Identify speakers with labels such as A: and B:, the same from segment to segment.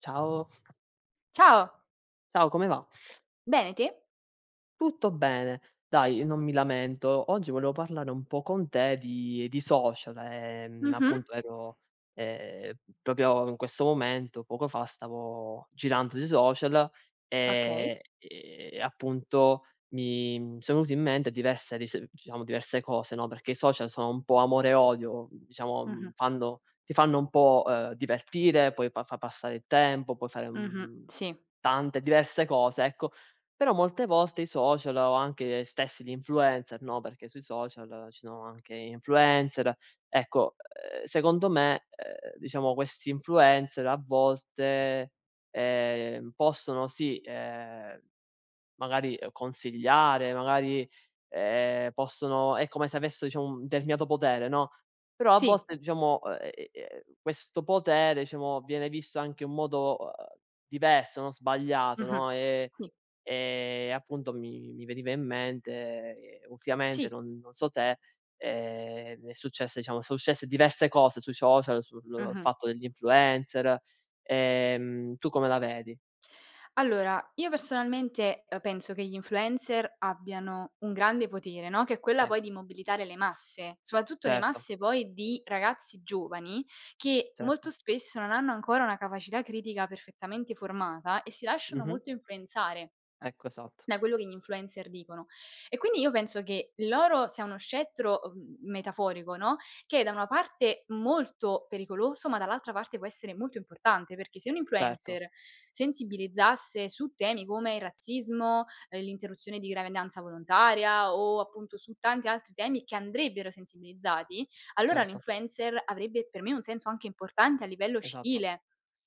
A: Ciao,
B: Ciao,
A: ciao, come va?
B: bene te?
A: Tutto bene, dai, non mi lamento. Oggi volevo parlare un po' con te di social.
B: Mh-mh.
A: Appunto ero, ehm, proprio in questo momento, poco fa, stavo girando sui social
B: Okay.
A: e appunto mi sono venute in mente diverse dice diciamo diverse cose, no, perché i social sono un po' amore e odio, diciamo,
B: Mh-mh,
A: fanno ti fanno un po', divertire, poi pa fa passare il tempo, puoi fare,
B: mh-mh. Sì,
A: tante diverse cose, ecco. Però molte volte i social o anche stessi gli influencer, no, perché sui social ci sono anche influencer, ecco, secondo me, diciamo questi influencer a volte, possono sì, magari, consigliare, magari, possono è come se avessero diciamo un determinato potere, no, però a
B: sì,
A: volte diciamo, questo potere diciamo viene visto anche in un modo, diverso, no, sbagliato,
B: mh-mh.
A: no,
B: Sì,
A: e appunto mi veniva in mente, ultimamente
B: sì,
A: non so te, mi è successo diciamo son successe diverse cose sui social, sul
B: mh-mh.
A: fatto degli influencer. Tu come la vedi?
B: Allora, io personalmente, penso che gli influencer abbiano un grande potere, no, che è quella poi di
A: Ecco,
B: mobilitare le masse, soprattutto le
A: certo,
B: masse poi di ragazzi giovani che molto
A: certo.
B: spesso non hanno ancora una capacità critica perfettamente formata e si lasciano
A: Mh-mh.
B: molto influenzare
A: Ecco, esatto.
B: da quello che gli influencer dicono. E quindi io penso che loro sia uno scettro, metaforico, no, che da una parte molto pericoloso, ma dall'altra parte può essere molto importante, perché se un
A: Certo,
B: influencer sensibilizzasse su temi come il razzismo, l'interruzione di gravidanza volontaria o appunto su tanti altri temi che andrebbero sensibilizzati, allora
A: certo,
B: l'influencer avrebbe per me un senso anche importante a livello
A: esatto.
B: civile.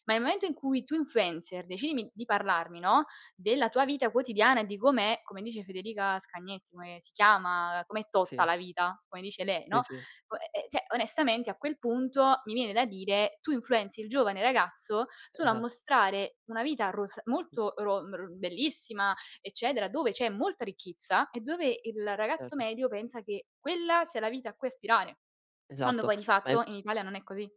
B: Ma nel momento in cui tu influencer decidi mi di parlarmi, no, della tua vita quotidiana e di com'è, come dice Federica Scagnetti, come si chiama, com'è totta
A: Sì,
B: la vita, come dice lei, no,
A: sì, sì,
B: o e cioè onestamente a quel punto mi viene da dire: tu influenzi il giovane ragazzo solo a
A: esatto.
B: mostrare una vita ros
A: Mh,
B: molto ro mr bellissima, eccetera, dove c'è molta ricchezza e dove il ragazzo
A: certo,
B: medio pensa che quella sia la vita a cui aspirare, quando
A: esatto.
B: poi di
A: Ma in
B: fatto in Italia non è così.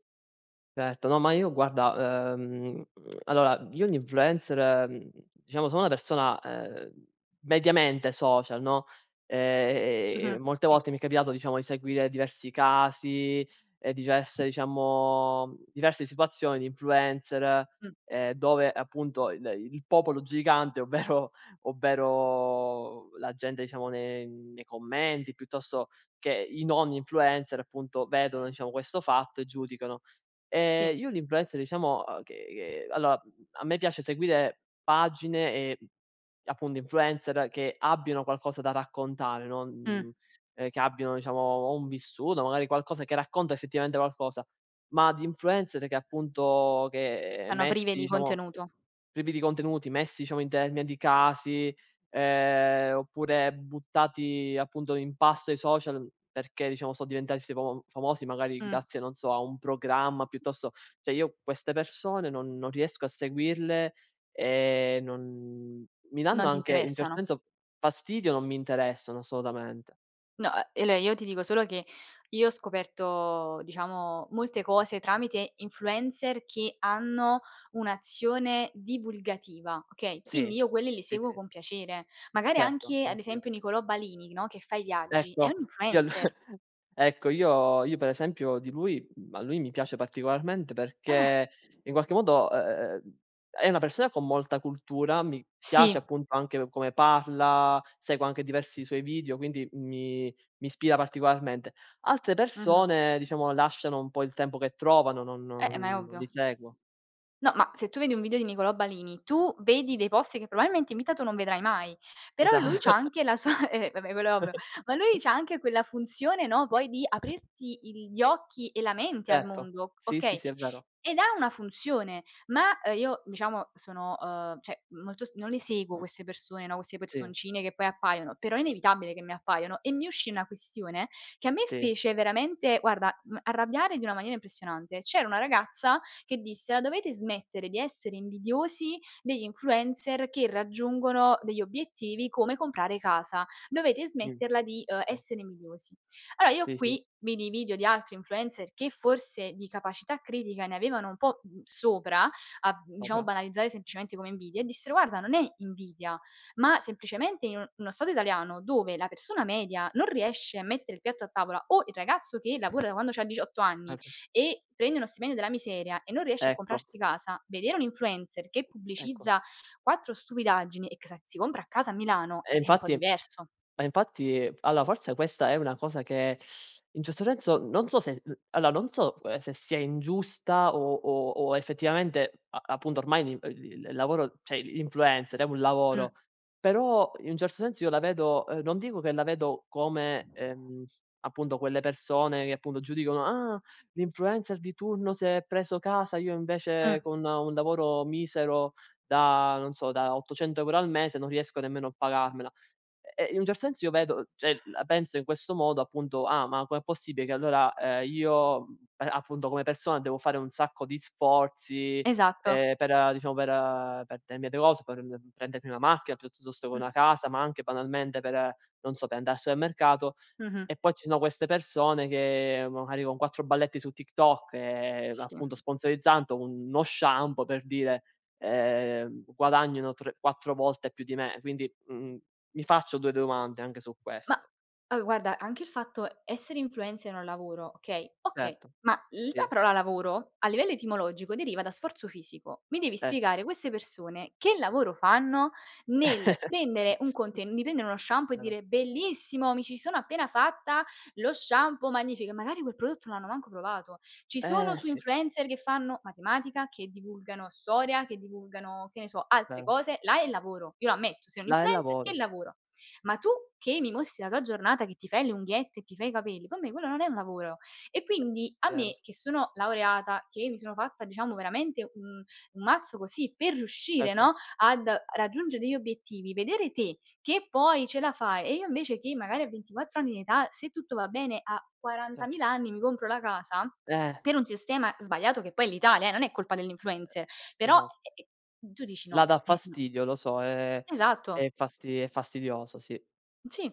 A: Certo, no, ma io guarda, allora io gli influencer, diciamo sono una persona, mediamente social, no, e
B: Mh-mh,
A: molte
B: sì,
A: volte mi è capitato, diciamo, di seguire diversi casi e diverse diverse situazioni di influencer,
B: mh,
A: dove appunto il popolo gigante, ovvero ovvero la gente diciamo nei commenti, piuttosto che i non influencer appunto vedono diciamo questo fatto e giudicano.
B: sì,
A: Io l'influencer diciamo, che allora, a me piace seguire pagine e, appunto influencer che abbiano qualcosa da raccontare, no,
B: mh,
A: che abbiano diciamo o un vissuto, magari qualcosa che racconta effettivamente qualcosa, ma di influencer che appunto che
B: sono prive
A: messi
B: di
A: diciamo
B: contenuto.
A: privi di contenuti, messi diciamo in termini di casi, oppure buttati appunto in pasto ai social perché diciamo so diventati sti famosi magari
B: Mh,
A: grazie, non so, a un programma piuttosto cioè io queste persone non riesco a seguirle e non mi danno
B: non ti
A: anche in un certo
B: interessano.
A: senso fastidio, non mi interessano assolutamente.
B: No, e allora io ti dico solo che io ho scoperto, diciamo, molte cose tramite influencer che hanno un'azione divulgativa, okay, quindi
A: Sì,
B: io quelli li
A: sì,
B: seguo
A: sì,
B: con piacere. Magari
A: certo,
B: anche, ad
A: anch'io.
B: esempio, Nicolò Balini, no, che fa i viaggi, è
A: Ecco,
B: un
A: io al
B: influencer.
A: ecco io per esempio di lui a lui mi piace particolarmente
B: Eh,
A: perché in qualche modo, è una persona con molta cultura, mi
B: sì,
A: piace appunto anche come parla, seguo anche diversi suoi video, quindi mi ispira particolarmente. Altre
B: mh-mh.
A: persone diciamo lasciano un po' il tempo che trovano, non
B: Ma è
A: non non li
B: ovvio.
A: seguo.
B: No, ma se tu vedi un video di Nicolò Balini, tu vedi dei posti che probabilmente in vita tu non vedrai mai, però
A: Esa
B: lui c'ha anche la sua vabbè, quello è ovvio, ma lui c'ha anche quella funzione, no, poi di aprirti il gli occhi e la mente al
A: Certo.
B: mondo,
A: Sì, sì,
B: okay,
A: sì, è vero.
B: ed ha una funzione, ma, io diciamo sono, cioè molto s non le seguo queste persone, no, queste
A: Sì,
B: personcine che poi appaiono, però è inevitabile che mi appaiono e mi uscì una questione che a me
A: sì.
B: fece veramente, guarda, arrabbiare di una maniera impressionante. C'era una ragazza che disse: "La dovete smettere di essere invidiosi degli influencer che raggiungono degli obiettivi come comprare casa. Dovete
A: Mh,
B: smetterla di,
A: okay.
B: essere invidiosi". Allora io
A: Sì, sì.
B: qui vidi i video di altri influencer che forse di capacità critica ne avevano un po', sopra a, diciamo,
A: Sopra.
B: banalizzare semplicemente come invidia e dissero: "Guarda, non è invidia, ma semplicemente in un uno Stato italiano dove la persona media non riesce a mettere il piatto a tavola o il ragazzo che lavora da quando c'ha 18 anni
A: Cer
B: e prende uno stipendio della miseria e non riesce a
A: Ecco,
B: comprarsi casa, vedere un influencer che
A: ecco.
B: pubblicizza 4 stupidaggini e che sa si compra a casa a Milano
A: E
B: è un po'
A: infatti
B: diverso".
A: Ma infatti allora forse questa è una cosa che in un certo senso non so se allora non so, se sia ingiusta o effettivamente a appunto ormai l'in il lavoro cioè l'influencer è un
B: Mh,
A: lavoro, però in un certo senso io la vedo non dico che la vedo come, appunto quelle persone che appunto giudicano: "Ah, l'influencer di turno si è preso casa, io
B: mh,
A: invece con un lavoro misero da non so, da 800 € al mese non riesco nemmeno a pagarmela". E in un certo senso io vedo cioè la penso in questo modo appunto: "Ah, ma com'è possibile che allora, io pe appunto come persona devo fare un sacco di sforzi,
B: esatto.
A: per diciamo per determinate cose, per prendermi una macchina piuttosto che
B: Mh,
A: una casa, ma anche banalmente per non so, per andare al supermercato."
B: mh-mh,
A: E poi ci sono queste persone che magari con 4 balletti su TikTok,
B: sì.
A: appunto sponsorizzando uno shampoo per dire, guadagnano tre 4 volte più di me. Quindi, mi faccio 2 domande anche su
B: Ma
A: questo.
B: allora guarda, anche il fatto essere influencer è un lavoro, okay, okay,
A: Certo,
B: ma l la
A: sì,
B: parola lavoro a livello etimologico deriva da sforzo fisico. Mi devi
A: eh.
B: spiegare queste persone che lavoro fanno nel prendere un conten di prendere uno shampoo e
A: Vero.
B: dire: "Bellissimo, mi ci sono appena fatta lo shampoo magnifico", e magari quel prodotto non l'hanno manco provato. Ci sono
A: Eh
B: su
A: sì,
B: influencer che fanno matematica, che divulgano storia, che divulgano, che ne so, altre
A: vero.
B: cose. Là è il lavoro, io lo ammetto, sei un
A: La è
B: influencer è
A: lavoro,
B: lavoro. Ma tu che mi mostri la tua giornata, che ti fai le unghiette e ti fai i capelli, per me quello non è un lavoro. E quindi a
A: vero.
B: me che sono laureata, che mi sono fatta diciamo veramente un mazzo così per riuscire,
A: Certo,
B: no, ad raggiungere degli obiettivi, vedere te che poi ce la fai e io invece che magari a 24 anni di età, se tutto va bene, a
A: cer
B: 40.000 anni mi compro la casa,
A: eh,
B: per un sistema sbagliato che poi è l'Italia, non è colpa dell'influencer, però,
A: esatto.
B: tu dici
A: Là
B: no,
A: dà
B: eh no,
A: fastidio, lo so, è è
B: esatto.
A: fasti è fastidioso, sì,
B: Sì,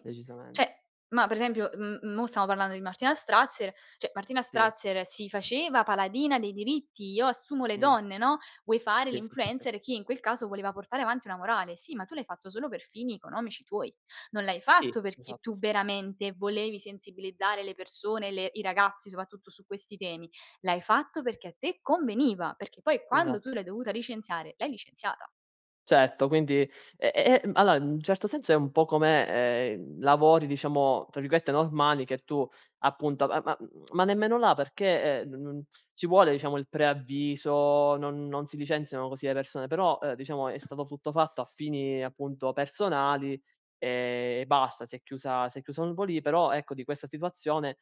B: cioè, ma per esempio, mo stiamo parlando di Martina Strazzer, cioè Martina
A: Sì,
B: Strazzer si faceva paladina dei diritti: "Io assumo le
A: mh.
B: donne", no, vuoi fare
A: Sì, sì, sì, sì.
B: l'influencer che in quel caso voleva portare avanti una morale. Sì, ma tu l'hai fatto solo per fini economici tuoi. Non l'hai
A: Sì,
B: fatto perché tu
A: esatto,
B: veramente volevi sensibilizzare le persone, le i ragazzi soprattutto su questi temi. L'hai fatto perché a te conveniva, perché poi quando tu
A: esatto.
B: l'hai dovuta licenziare, l'hai licenziata.
A: Certo, quindi e e allora in un certo senso è un po' come, lavori diciamo, tra virgolette "normali" che tu appunto ma nemmeno là perché, n non ci vuole diciamo il preavviso, non si licenziano così le persone, però, diciamo è stato tutto fatto a fini appunto personali, e basta, si è chiuso un po' lì, però ecco di questa situazione.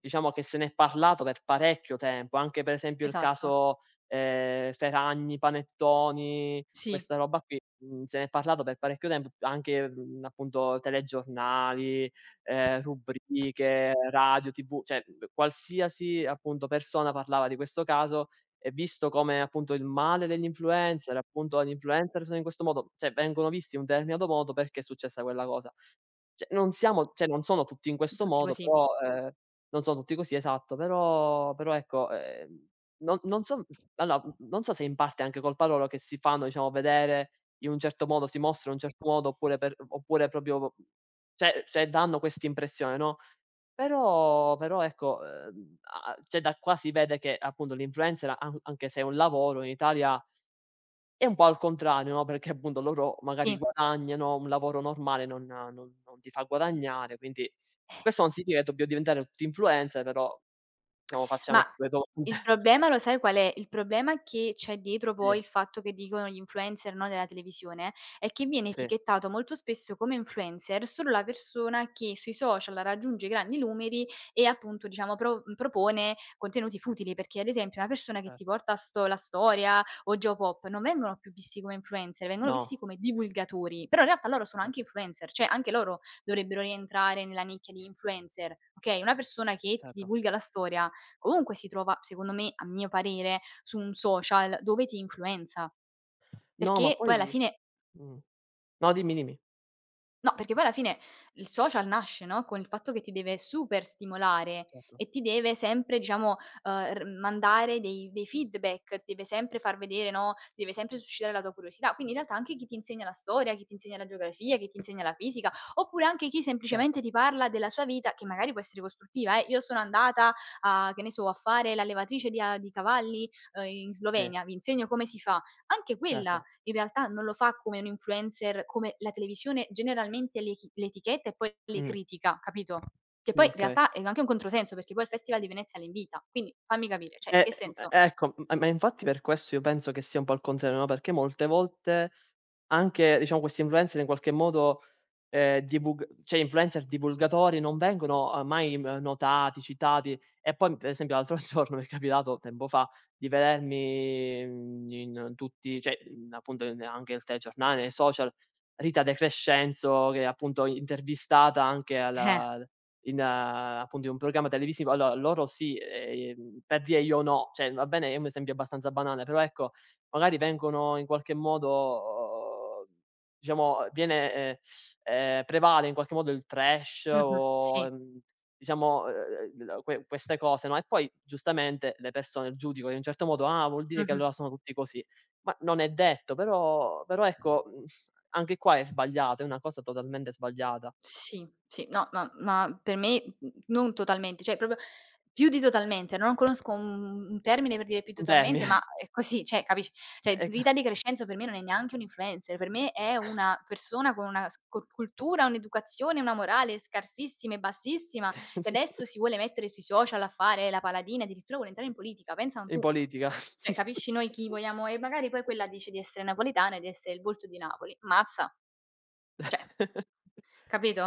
A: Diciamo che se n'è parlato per parecchio tempo, anche per esempio il
B: Esatto.
A: caso, Ferragni, Panettoni,
B: Sì,
A: questa roba qui, se n'è parlato per parecchio tempo, anche, appunto telegiornali, rubriche, radio, TV, cioè, qualsiasi appunto persona parlava di questo caso e visto come appunto il male degli influencer, appunto gli influencer sono in questo modo, cioè vengono visti in un determinato modo perché è successa quella cosa. Cioè non siamo cioè non sono tutti in questo
B: tutti
A: modo,
B: così.
A: però, non sono tutti così, esatto, però però ecco, non so allora, non so se in parte è anche colpa loro che si fanno, diciamo, vedere in un certo modo, si mostrano in un certo modo oppure per oppure proprio cioè danno quest'impressione, no, però ecco, a a cioè da qua si vede che appunto l'influencer, an anche se è un lavoro in Italia e un po' al contrario, no, perché appunto loro magari
B: Sì.
A: guadagnano, un lavoro normale non ti fa guadagnare, quindi questo non significa che dobbiamo diventare tutti influencer, però diciamo
B: Ma
A: facciamoci 2
B: il
A: domande.
B: problema lo sai qual è? Il problema che c'è dietro
A: Sì,
B: poi il fatto che dicono gli influencer, no, della televisione, è che viene
A: sì,
B: etichettato molto spesso come influencer solo la persona che sui social raggiunge grandi numeri e appunto diciamo propone contenuti futili, perché ad esempio una persona che
A: cer
B: ti porta sto la storia o Geopop non vengono più visti come influencer, vengono
A: no,
B: visti come divulgatori, però in realtà loro sono anche
A: esatto,
B: influencer, cioè anche loro dovrebbero rientrare nella nicchia di influencer, okay? Una persona che ti
A: certo.
B: divulga la storia comunque si trova, secondo me, a mio parere, su un social dove ti influenza,
A: No, ma
B: perché poi alla
A: poi
B: fine
A: mh. No, dimmi, dimmi.
B: No, perché poi alla fine il social nasce, no, con il fatto che ti deve super stimolare
A: Certo,
B: e ti deve sempre, diciamo, r mandare dei feedback, ti deve sempre far vedere, no, ti deve sempre suscitare la tua curiosità. Quindi in realtà anche chi ti insegna la storia, chi ti insegna la geografia, chi ti insegna la fisica, oppure anche chi semplicemente
A: certo,
B: ti parla della sua vita, che magari può essere costruttiva, eh. Io sono andata, a che ne so, a fare l'allevatrice di cavalli, in
A: sì,
B: Slovenia, vi insegno come si fa. Anche quella
A: certo.
B: in realtà non lo fa come un influencer, come la televisione generalmente le chi le etichetta e poi le
A: Mh,
B: critica, capito? Che poi in
A: okay.
B: realtà è anche un controsenso, perché poi il Festival di Venezia le invita. Quindi fammi capire, cioè in che
A: Mhmm, e
B: senso?
A: Ecco, m ma infatti per questo io penso che sia un po' al contrario, no, perché molte volte anche, diciamo, questi influencer in qualche modo, divulg cioè influencer divulgatori non vengono, mai m notati, citati. E poi, per esempio, l'altro giorno mi è capitato, tempo fa, di vedermi, in tutti cioè, appunto in anche il telegiornale, nei social, Rita De Crescenzo che è appunto intervistata anche
B: Eh,
A: alla in appunto in un programma televisivo allora loro sì, per dire io no, cioè va bene è un esempio abbastanza banale, però ecco, magari vengono in qualche modo diciamo viene, prevale in qualche modo il trash
B: mh-mh, sì,
A: o, diciamo, l que queste cose, no, e poi giustamente le persone giudicano in un certo modo: "Ah, vuol dire che
B: mh-mh.
A: allora sono tutti così." Ma non è detto, però però ecco, anche qua è sbagliato, è una cosa totalmente sbagliata.
B: Sì, sì, no, ma per me, non totalmente, cioè proprio più di totalmente, non conosco un termine per dire più
A: Un
B: totalmente, ma
A: termine.
B: è così, cioè capisci? Cioè
A: Ecco
B: Rita Di Crescenzo per me non è neanche un influencer, per me è una persona con una s co cultura, un'educazione, una morale scarsissima e bassissima, che adesso si vuole mettere sui social a fare la paladina, addirittura vuole entrare in politica, pensa un
A: In
B: tu.
A: politica.
B: Cioè capisci noi chi vogliamo e magari poi quella dice di essere napoletana e di essere il volto di Napoli. Mazza, cioè,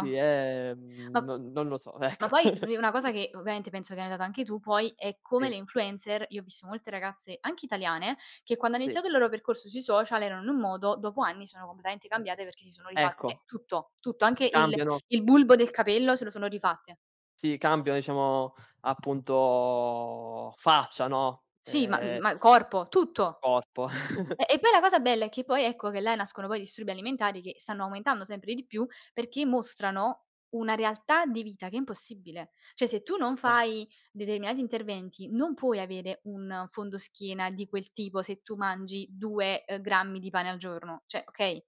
A: Sì,
B: Ma
A: non lo so,
B: ma
A: ecco.
B: poi u una cosa che ovviamente penso che hai notato anche tu poi è come
A: Sì,
B: le influencer io ho visto molte ragazze, anche italiane, che quando hanno
A: sì.
B: iniziato il loro percorso sui social erano in un modo, dopo anni sono completamente cambiate perché si sono rifatte
A: Ecco,
B: tutto, tutto, anche il
A: cambiano
B: il bulbo del capello se lo sono rifatte.
A: sì, cambiano diciamo, appunto, faccia, no,
B: Sì, ma ma corpo, tutto.
A: corpo.
B: E e poi la cosa bella è che poi, ecco, che là nascono poi disturbi alimentari che stanno aumentando sempre di più, perché mostrano una realtà di vita che è impossibile. Cioè, se tu non
A: Eh,
B: fai determinati interventi, non puoi avere un fondoschiena di quel tipo se tu mangi 2, grammi di pane al giorno. Cioè, okay,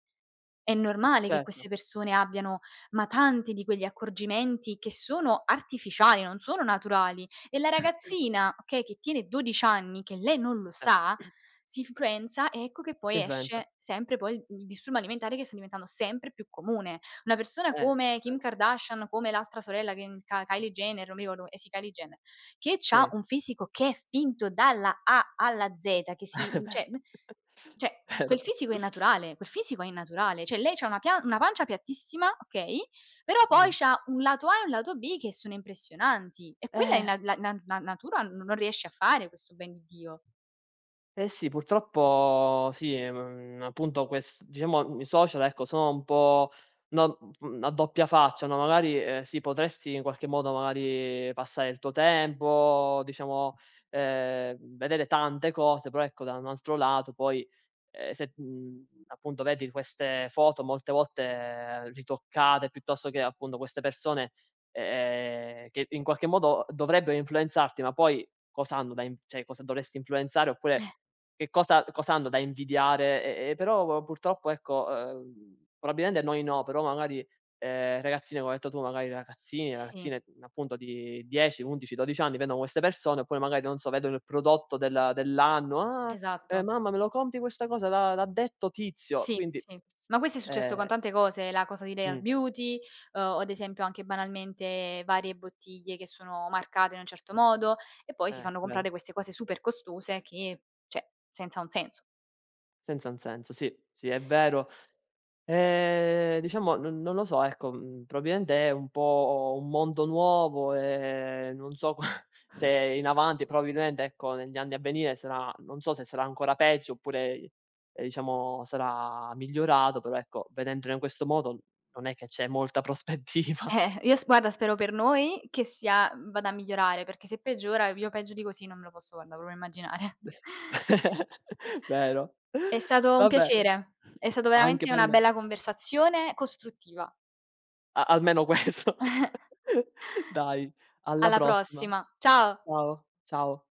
B: è normale che queste
A: certo.
B: persone abbiano ma tanti di quegli accorgimenti che sono artificiali, non sono naturali. E la ragazzina, okay, che tiene 12 anni, che lei non lo
A: Certo.
B: sa, si influenza e ecco che
A: Si
B: poi
A: influenza.
B: esce sempre poi il disturbo alimentare che sta diventando sempre più comune. Una persona
A: Eh,
B: come Kim
A: vero.
B: Kardashian, come l'altra sorella che n Ka Kylie Jenner, non mi ricordo, eh sì, Kylie Jenner, che c'ha
A: Sì,
B: un fisico che è finto dalla A alla Z, che si cioè n
A: è
B: cioè
A: vero.
B: quel
A: Vero.
B: fisico è naturale, quel fisico è innaturale. Cioè lei c'ha una pia una pancia piattissima, okay, però poi
A: Mh.
B: c'ha un lato A e un lato B che sono impressionanti e quella in
A: Eh.
B: la la na na natura non riesce a fare questo ben di Dio.
A: Eh sì, purtroppo sì, appunto ques diciamo i social, ecco, sono un po' no, a doppia faccia, no, magari, sì, potresti in qualche modo magari passare il tuo tempo, diciamo, vedere tante cose, però ecco da un altro lato poi, se, appunto vedi queste foto molte volte ritoccate, piuttosto che appunto queste persone, che in qualche modo dovrebbero influenzarti, ma poi cosa hanno da in cioè cosa dovresti influenzare oppure
B: Eh,
A: che cosa hanno da invidiare, e però purtroppo ecco, probabilmente noi no, però magari, ragazzine come hai detto tu, magari ragazzini,
B: sì,
A: ragazzine, appunto di 10, 11, 12 anni vedono queste persone, oppure magari non so, vedono il prodotto dell'anno: "Ah,
B: esatto.
A: mamma me lo compri questa cosa? L'ha detto tizio."
B: Sì,
A: Quindi,
B: sì. Ma questo è successo con
A: ehm
B: tante cose, la cosa di Rare
A: mh,
B: Beauty, o ad esempio anche banalmente varie bottiglie che sono marcate in un certo modo e poi si fanno
A: vero.
B: comprare queste cose super costose che, cioè, senza un senso.
A: Senza un senso, sì, sì è vero. Diciamo non lo so, ecco, probabilmente è un po' un mondo nuovo, non so qua se in avanti probabilmente, ecco, negli anni a venire sarà non so se sarà ancora peggio oppure, diciamo sarà migliorato, però ecco, vedendolo in questo modo non è che c'è molta prospettiva.
B: Io s guarda, spero per noi che sia vada a migliorare, perché se peggiora io peggio di così non me lo posso, guarda, proprio immaginare.
A: Vero.
B: È stato un
A: Va bene,
B: piacere, è stato
A: anche
B: veramente
A: per
B: una
A: me.
B: bella conversazione costruttiva.
A: A Almeno questo. Dai, alla
B: Alla
A: prossima.
B: prossima. Ciao.
A: Ciao, ciao.